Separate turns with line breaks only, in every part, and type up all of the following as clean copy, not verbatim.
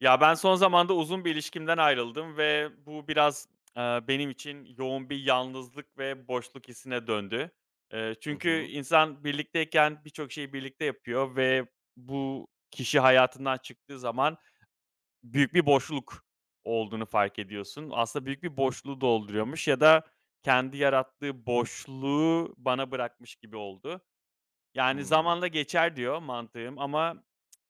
Ya, ben son zamanda uzun bir ilişkimden ayrıldım ve bu biraz, benim için yoğun bir yalnızlık ve boşluk hissine döndü.
Hı
Çünkü
hı.
insan birlikteyken birçok şeyi birlikte yapıyor ve bu kişi hayatından çıktığı zaman büyük bir boşluk olduğunu fark ediyorsun. Aslında büyük bir boşluğu dolduruyormuş ya da kendi yarattığı boşluğu bana bırakmış gibi oldu. Yani,
Hımm.
zamanla geçer diyor mantığım ama,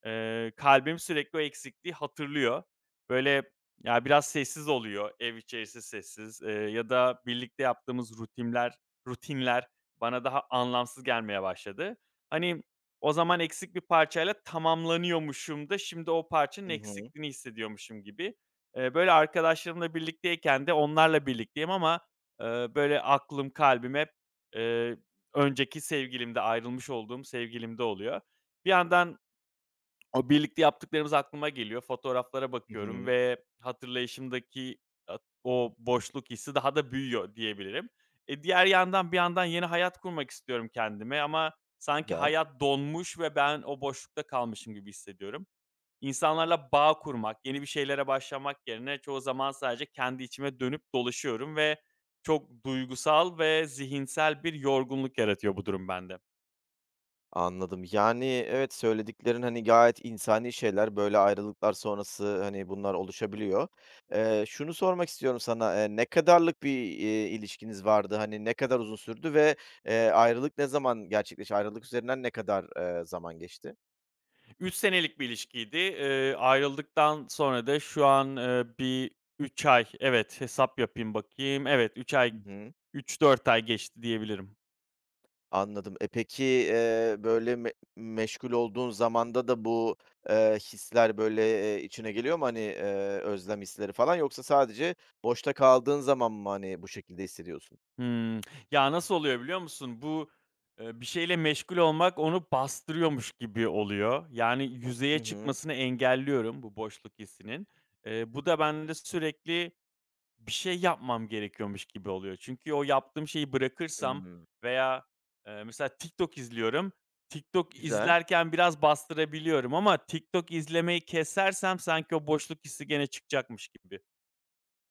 kalbim sürekli o eksikliği hatırlıyor. Böyle, ya, biraz sessiz oluyor, ev içerisi sessiz, ya da birlikte yaptığımız rutinler bana daha anlamsız gelmeye başladı. Hani, o zaman eksik bir parçayla tamamlanıyormuşum da şimdi o parçanın
Hı hı.
eksikliğini hissediyormuşum gibi. Arkadaşlarımla birlikteyken de onlarla birlikteyim ama, aklım, kalbim hep, önceki sevgilimde, ayrılmış olduğum sevgilimde oluyor. Bir yandan o birlikte yaptıklarımız aklıma geliyor. Fotoğraflara
Hı
bakıyorum
hı.
ve hatırlayışımdaki at o boşluk hissi daha da büyüyor diyebilirim. E, diğer yandan bir yandan yeni hayat kurmak istiyorum kendime ama sanki
Güzel.
hayat donmuş ve ben o boşlukta kalmışım gibi hissediyorum. İnsanlarla bağ kurmak, yeni bir şeylere başlamak yerine çoğu zaman sadece kendi içime dönüp dolaşıyorum ve çok duygusal ve zihinsel bir yorgunluk yaratıyor bu durum bende.
Anladım. Yani, evet, söylediklerin, hani, gayet insani şeyler. Böyle ayrılıklar sonrası, hani, bunlar oluşabiliyor. Şunu sormak istiyorum sana, ne kadarlık bir, ilişkiniz vardı? Hani, ne kadar uzun sürdü ve, ayrılık ne zaman gerçekleşti? Ayrılık üzerinden ne kadar, zaman geçti?
3 senelik bir ilişkiydi. Ayrıldıktan sonra da şu an, bir 3 ay, evet, hesap yapayım bakayım. Evet, üç
Hı
ay,
hı.
3-4 ay geçti diyebilirim.
Anladım. E, peki, böyle meşgul olduğun zamanda da bu, hisler, böyle, içine geliyor mu? Hani, özlem hisleri falan yoksa sadece boşta kaldığın zaman mı, hani, bu şekilde hissediyorsun?
Hımm. Ya, nasıl oluyor biliyor musun? Bu, bir şeyle meşgul olmak onu bastırıyormuş gibi oluyor. Yani yüzeye
Hı hı.
çıkmasını engelliyorum bu boşluk hissinin. Bu da bende sürekli bir şey yapmam gerekiyormuş gibi oluyor. Çünkü o yaptığım şeyi bırakırsam
Hımm.
veya, mesela TikTok izliyorum. TikTok
Güzel.
izlerken biraz bastırabiliyorum ama TikTok izlemeyi kesersem sanki o boşluk hissi gene çıkacakmış gibi.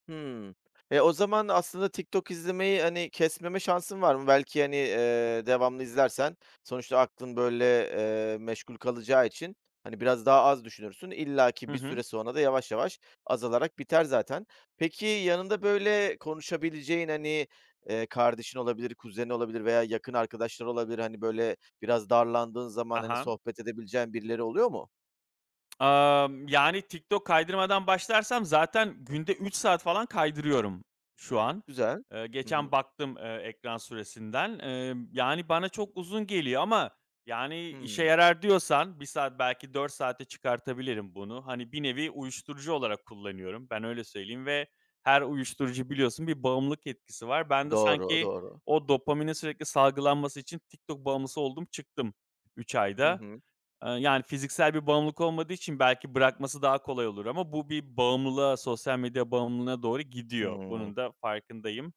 Hımm. E, o zaman aslında TikTok izlemeyi, hani, kesmeme şansın var mı? Belki, hani, devamlı izlersen sonuçta aklın, böyle, meşgul kalacağı için, hani, biraz daha az düşünürsün. İllaki
Hı
bir
hı.
süre sonra da yavaş yavaş azalarak biter zaten. Peki, yanında, böyle, konuşabileceğin, hani, kardeşin olabilir, kuzenin olabilir veya yakın arkadaşlar olabilir. Hani, böyle, biraz darlandığın zaman, hani,
Aha.
sohbet edebileceğin birileri oluyor mu?
Yani, TikTok kaydırmadan başlarsam zaten günde 3 saat falan kaydırıyorum şu an.
Güzel. Hı
Geçen
hı.
baktım, ekran süresinden. Yani, bana çok uzun geliyor ama, yani, işe
Hımm.
yarar diyorsan bir saat belki 4 saate çıkartabilirim bunu. Hani, bir nevi uyuşturucu olarak kullanıyorum. Ben öyle söyleyeyim ve her uyuşturucu biliyorsun bir bağımlılık etkisi var. Ben de
Doğru,
sanki
doğru.
o dopaminin sürekli salgılanması için TikTok bağımlısı oldum çıktım üç
Hı
ayda.
hı.
Yani, fiziksel bir bağımlılık olmadığı için belki bırakması daha kolay olur ama bu bir bağımlılığa, sosyal medya bağımlılığına doğru gidiyor.
Hıı.
Bunun da farkındayım.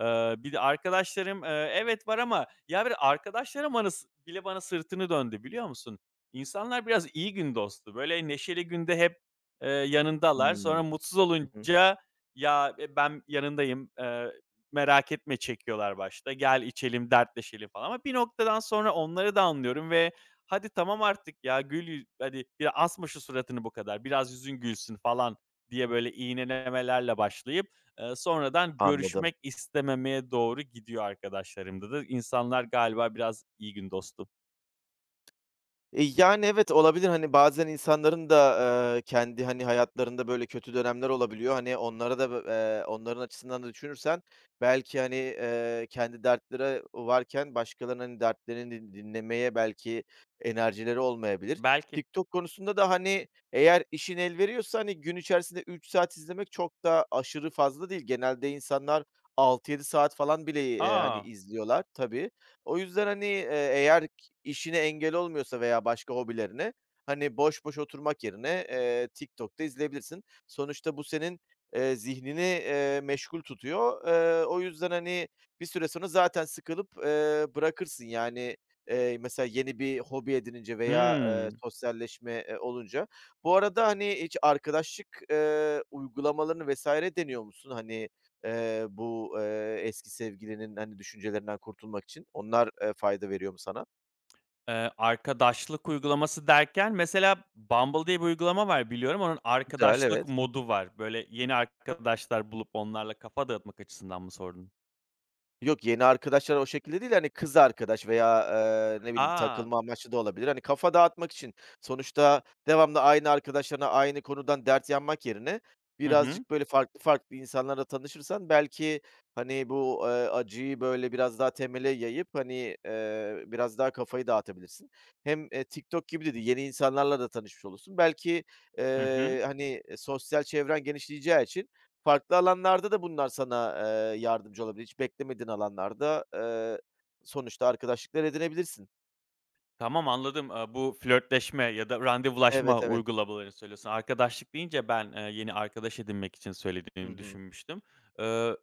Bir de arkadaşlarım, evet var ama ya, bir arkadaşlarım bana sı bile bana sırtını döndü, biliyor musun? İnsanlar biraz iyi gün dostu. Böyle, neşeli günde hep, yanındalar.
Hımm.
Sonra mutsuz
Hı hı.
olunca, "Ya, e, ben yanındayım, merak etme." çekiyorlar başta. "Gel, içelim, dertleşelim." falan ama bir noktadan sonra onları da anlıyorum ve "Hadi tamam artık ya, gül yüz hadi ya asma şu suratını bu kadar, biraz yüzün gülsün." falan diye, böyle, iğnelemelerle başlayıp sonradan
Anladım.
görüşmek istememeye doğru gidiyor arkadaşlarımda da. İnsanlar galiba biraz iyi gün dostu.
Yani, evet, olabilir. Hani, bazen insanların da, kendi, hani, hayatlarında böyle kötü dönemler olabiliyor. Hani, onlara da onların açısından da düşünürsen belki, hani, kendi dertleri varken başkalarının, hani, dertlerini dinlemeye belki enerjileri olmayabilir.
Belki.
TikTok konusunda da, hani, eğer işin el veriyorsa, hani, gün içerisinde 3 saat izlemek çok da aşırı fazla değil. Genelde insanlar 6-7 saat falan bile, hani,
A!
izliyorlar. Tabii. O yüzden, hani, eğer işine engel olmuyorsa veya başka hobilerine, hani, boş boş oturmak yerine, TikTok'ta izleyebilirsin. Sonuçta bu senin, zihnini, meşgul tutuyor. O yüzden, hani, bir süre sonra zaten sıkılıp, bırakırsın. Yani, mesela yeni bir hobi edinince veya,
Hımm.
sosyalleşme, olunca. Bu arada, hani, hiç arkadaşlık, uygulamalarını vesaire deniyor musun? Hani, bu, eski sevgilinin, hani, düşüncelerinden kurtulmak için onlar, fayda veriyor mu sana?
Arkadaşlık uygulaması derken mesela Bumble diye bir uygulama var biliyorum. Onun
Güzel,
arkadaşlık
evet.
modu var. Böyle yeni arkadaşlar bulup onlarla kafa dağıtmak açısından mı sordun?
Yok, yeni arkadaşlar o şekilde değil, hani, kız arkadaş veya, ne bileyim,
A!
takılma amaçlı da olabilir. Hani, kafa dağıtmak için sonuçta devamlı aynı arkadaşlarına aynı konudan dert yanmak yerine
Hı hı.
birazcık, böyle, farklı farklı insanlarla tanışırsan belki, hani, bu, acıyı, böyle, biraz daha temele yayıp, hani, biraz daha kafayı dağıtabilirsin. Hem, TikTok gibi de yeni insanlarla da tanışmış olursun. Belki,
Hı hı.
hani, sosyal çevren genişleyeceği için farklı alanlarda da bunlar sana, yardımcı olabilir. Hiç beklemediğin alanlarda, sonuçta arkadaşlıklar edinebilirsin.
Tamam, anladım. Aaa, bu flörtleşme ya da
Evet,
randevulaşma
evet.
uygulamalarını söylüyorsun. Arkadaşlık deyince ben, yeni arkadaş edinmek için
Hı
söylediğini
hı.
düşünmüştüm. Iıı,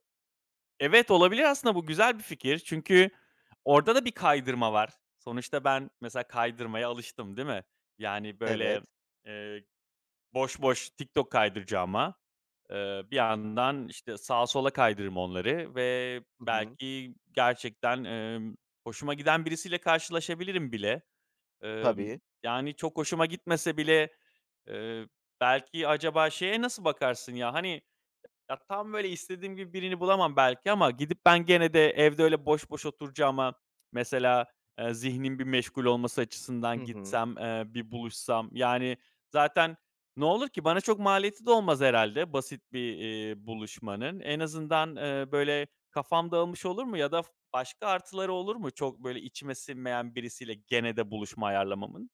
evet, olabilir aslında bu güzel bir fikir. Çünkü orada da bir kaydırma var. Sonuçta ben mesela kaydırmaya alıştım, değil mi? Yani, böyle,
Evet.
eee, boş boş TikTok kaydıracağıma, bir yandan, işte, sağa sola kaydırırım onları ve
Hı hı.
belki gerçekten, hoşuma giden birisiyle karşılaşabilirim bile. Emm,
Tabii.
Yani, çok hoşuma gitmese bile, eee, belki acaba şeye nasıl bakarsın ya, hani, ya, tam böyle istediğim gibi birini bulamam belki ama gidip ben gene de evde öyle boş boş oturacağıma mesela, zihnin bir meşgul olması
Hı
açısından
hı.
gitsem, bir buluşsam, yani, zaten ne olur ki? Bana çok maliyeti de olmaz herhalde basit bir, buluşmanın. En azından, böyle kafam dağılmış olur mu ya da başka artıları olur mu çok böyle içime sinmeyen birisiyle gene de buluşma ayarlamamın?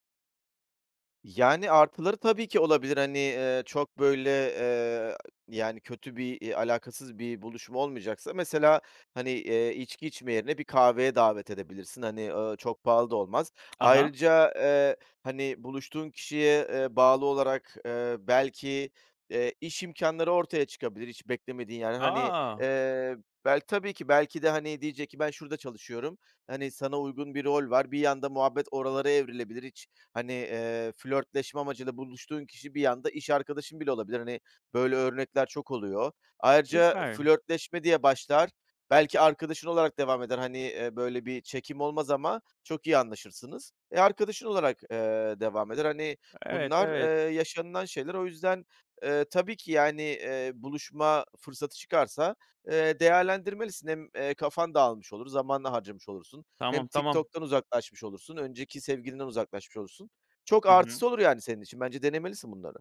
Yani, artıları tabii ki olabilir. Hani, çok böyle, yani, kötü bir, alakasız bir buluşma olmayacaksa mesela, hani, içki içme yerine bir kahveye davet edebilirsin. Hani, çok pahalı da olmaz.
Aha.
Ayrıca, hani, buluştuğun kişiye, bağlı olarak, belki, iş imkanları ortaya çıkabilir hiç beklemediğin yani. Hani,
A!
eee, bel tabii ki belki de, hani, diyecek ki ben şurada çalışıyorum. Hani, sana uygun bir rol var. Bir yanda muhabbet oralara evrilebilir. Hiç. Hani, flörtleşme amacıyla buluştuğun kişi bir anda iş arkadaşın bile olabilir. Hani, böyle örnekler çok oluyor. Ayrıca
Süper.
flörtleşme diye başlar. Belki arkadaşın olarak devam eder. Hani, böyle bir çekim olmaz ama çok iyi anlaşırsınız. E, arkadaşın olarak, devam eder. Hani,
Evet,
bunlar,
evet.
yaşanılan şeyler. O yüzden, tabii ki, yani, buluşma fırsatı çıkarsa, değerlendirmelisin. Hem, kafan dağılmış olur, zaman harcamış olursun. Hem
Tamam, tamam.
TikTok'tan uzaklaşmış olursun, önceki sevgilinden uzaklaşmış olursun. Çok
Hı hı.
artısı olur yani senin için. Bence denemelisin bunları.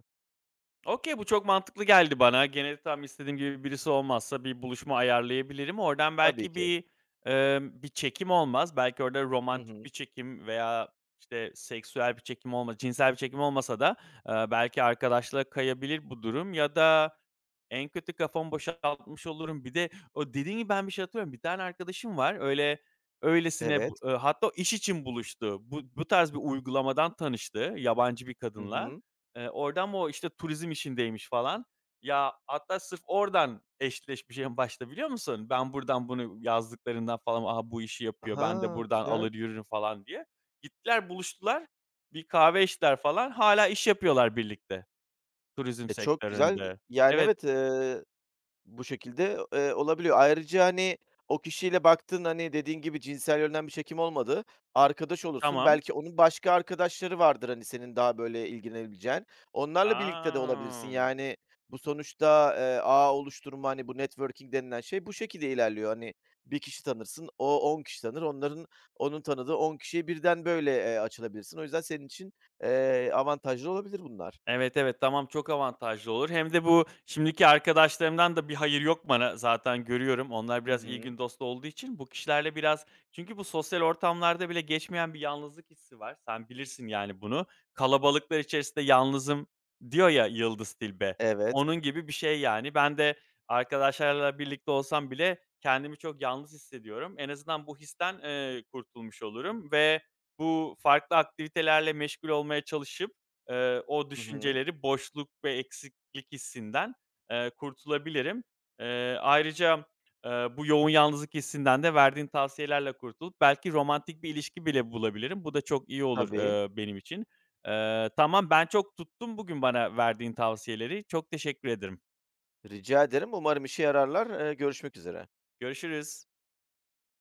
Okay, bu çok mantıklı geldi bana. Gene tam istediğim gibi birisi olmazsa bir buluşma ayarlayabilirim. Oradan
Tabii
belki
ki.
bir çekim olmaz. Belki orada
Hı
romantik bir
hı.
çekim veya, işte, seksüel bir çekim olmaz, cinsel bir çekim olmasa da, belki arkadaşlığa kayabilir bu durum ya da, en kötü kafamı boşaltmış olurum. Bir de o dediğin gibi ben bir şey hatırlıyorum. Bir tane arkadaşım var. Öylesine bu
Evet.
hatta o iş için buluştu. Bu tarz bir uygulamadan tanıştı yabancı bir
Hı
kadınla.
hı.
Oradan o, işte, turizm işindeymiş falan. Ya, hatta sırf oradan eşleşmiş en başta biliyor musun? Ben buradan bunu yazdıklarından falan, "Aha, bu işi yapıyor. Ben de
Ha,
buradan
güzel.
alır yürürüm." falan diye. Gittiler, buluştular. Bir kahve içtiler falan. Hala iş yapıyorlar birlikte turizm
E, çok güzel.
sektöründe.
Yani,
Evet,
evet, bu şekilde, olabiliyor. Ayrıca, hani, o kişiyle baktın, hani, dediğin gibi cinsel yönden bir çekim olmadı. Arkadaş olursun.
tamam.
Belki onun başka arkadaşları vardır, hani, senin daha böyle ilgilenebileceğin. Onlarla birlikte de olabilirsin.
A!
Yani, bu sonuçta, ağ oluşturma, hani, bu networking denilen şey bu şekilde ilerliyor. Hani, bir kişi tanırsın, o 10 kişi tanır. Onların onun tanıdığı 10 kişiye birden böyle, açılabilirsin. O yüzden senin için, avantajlı olabilir bunlar.
Evet, evet, tamam, çok avantajlı olur. Hem de bu şimdiki arkadaşlarımdan da bir hayır yok bana zaten görüyorum. Onlar
Hı
biraz iyi
hı.
gün dostu olduğu için bu kişilerle biraz çünkü bu sosyal ortamlarda bile geçmeyen bir yalnızlık hissi var. Sen bilirsin yani bunu. "Kalabalıklar içerisinde yalnızım." diyor ya Yıldız Tilbe.
Evet.
Onun gibi bir şey yani. Ben de arkadaşlarla birlikte olsam bile kendimi çok yalnız hissediyorum. En azından bu histen, kurtulmuş olurum ve bu farklı aktivitelerle meşgul olmaya çalışıp o
Hı hı.
düşünceleri, boşluk ve eksiklik hissinden, kurtulabilirim. Ayrıca, bu yoğun yalnızlık hissinden de verdiğin tavsiyelerle kurtulup belki romantik bir ilişki bile bulabilirim. Bu da çok iyi olur,
Tabii.
benim için. Tamam, ben çok tuttum bugün bana verdiğin tavsiyeleri. Çok teşekkür ederim.
Rica ederim. Umarım işe yararlar. Görüşmek üzere.
Görüşürüz.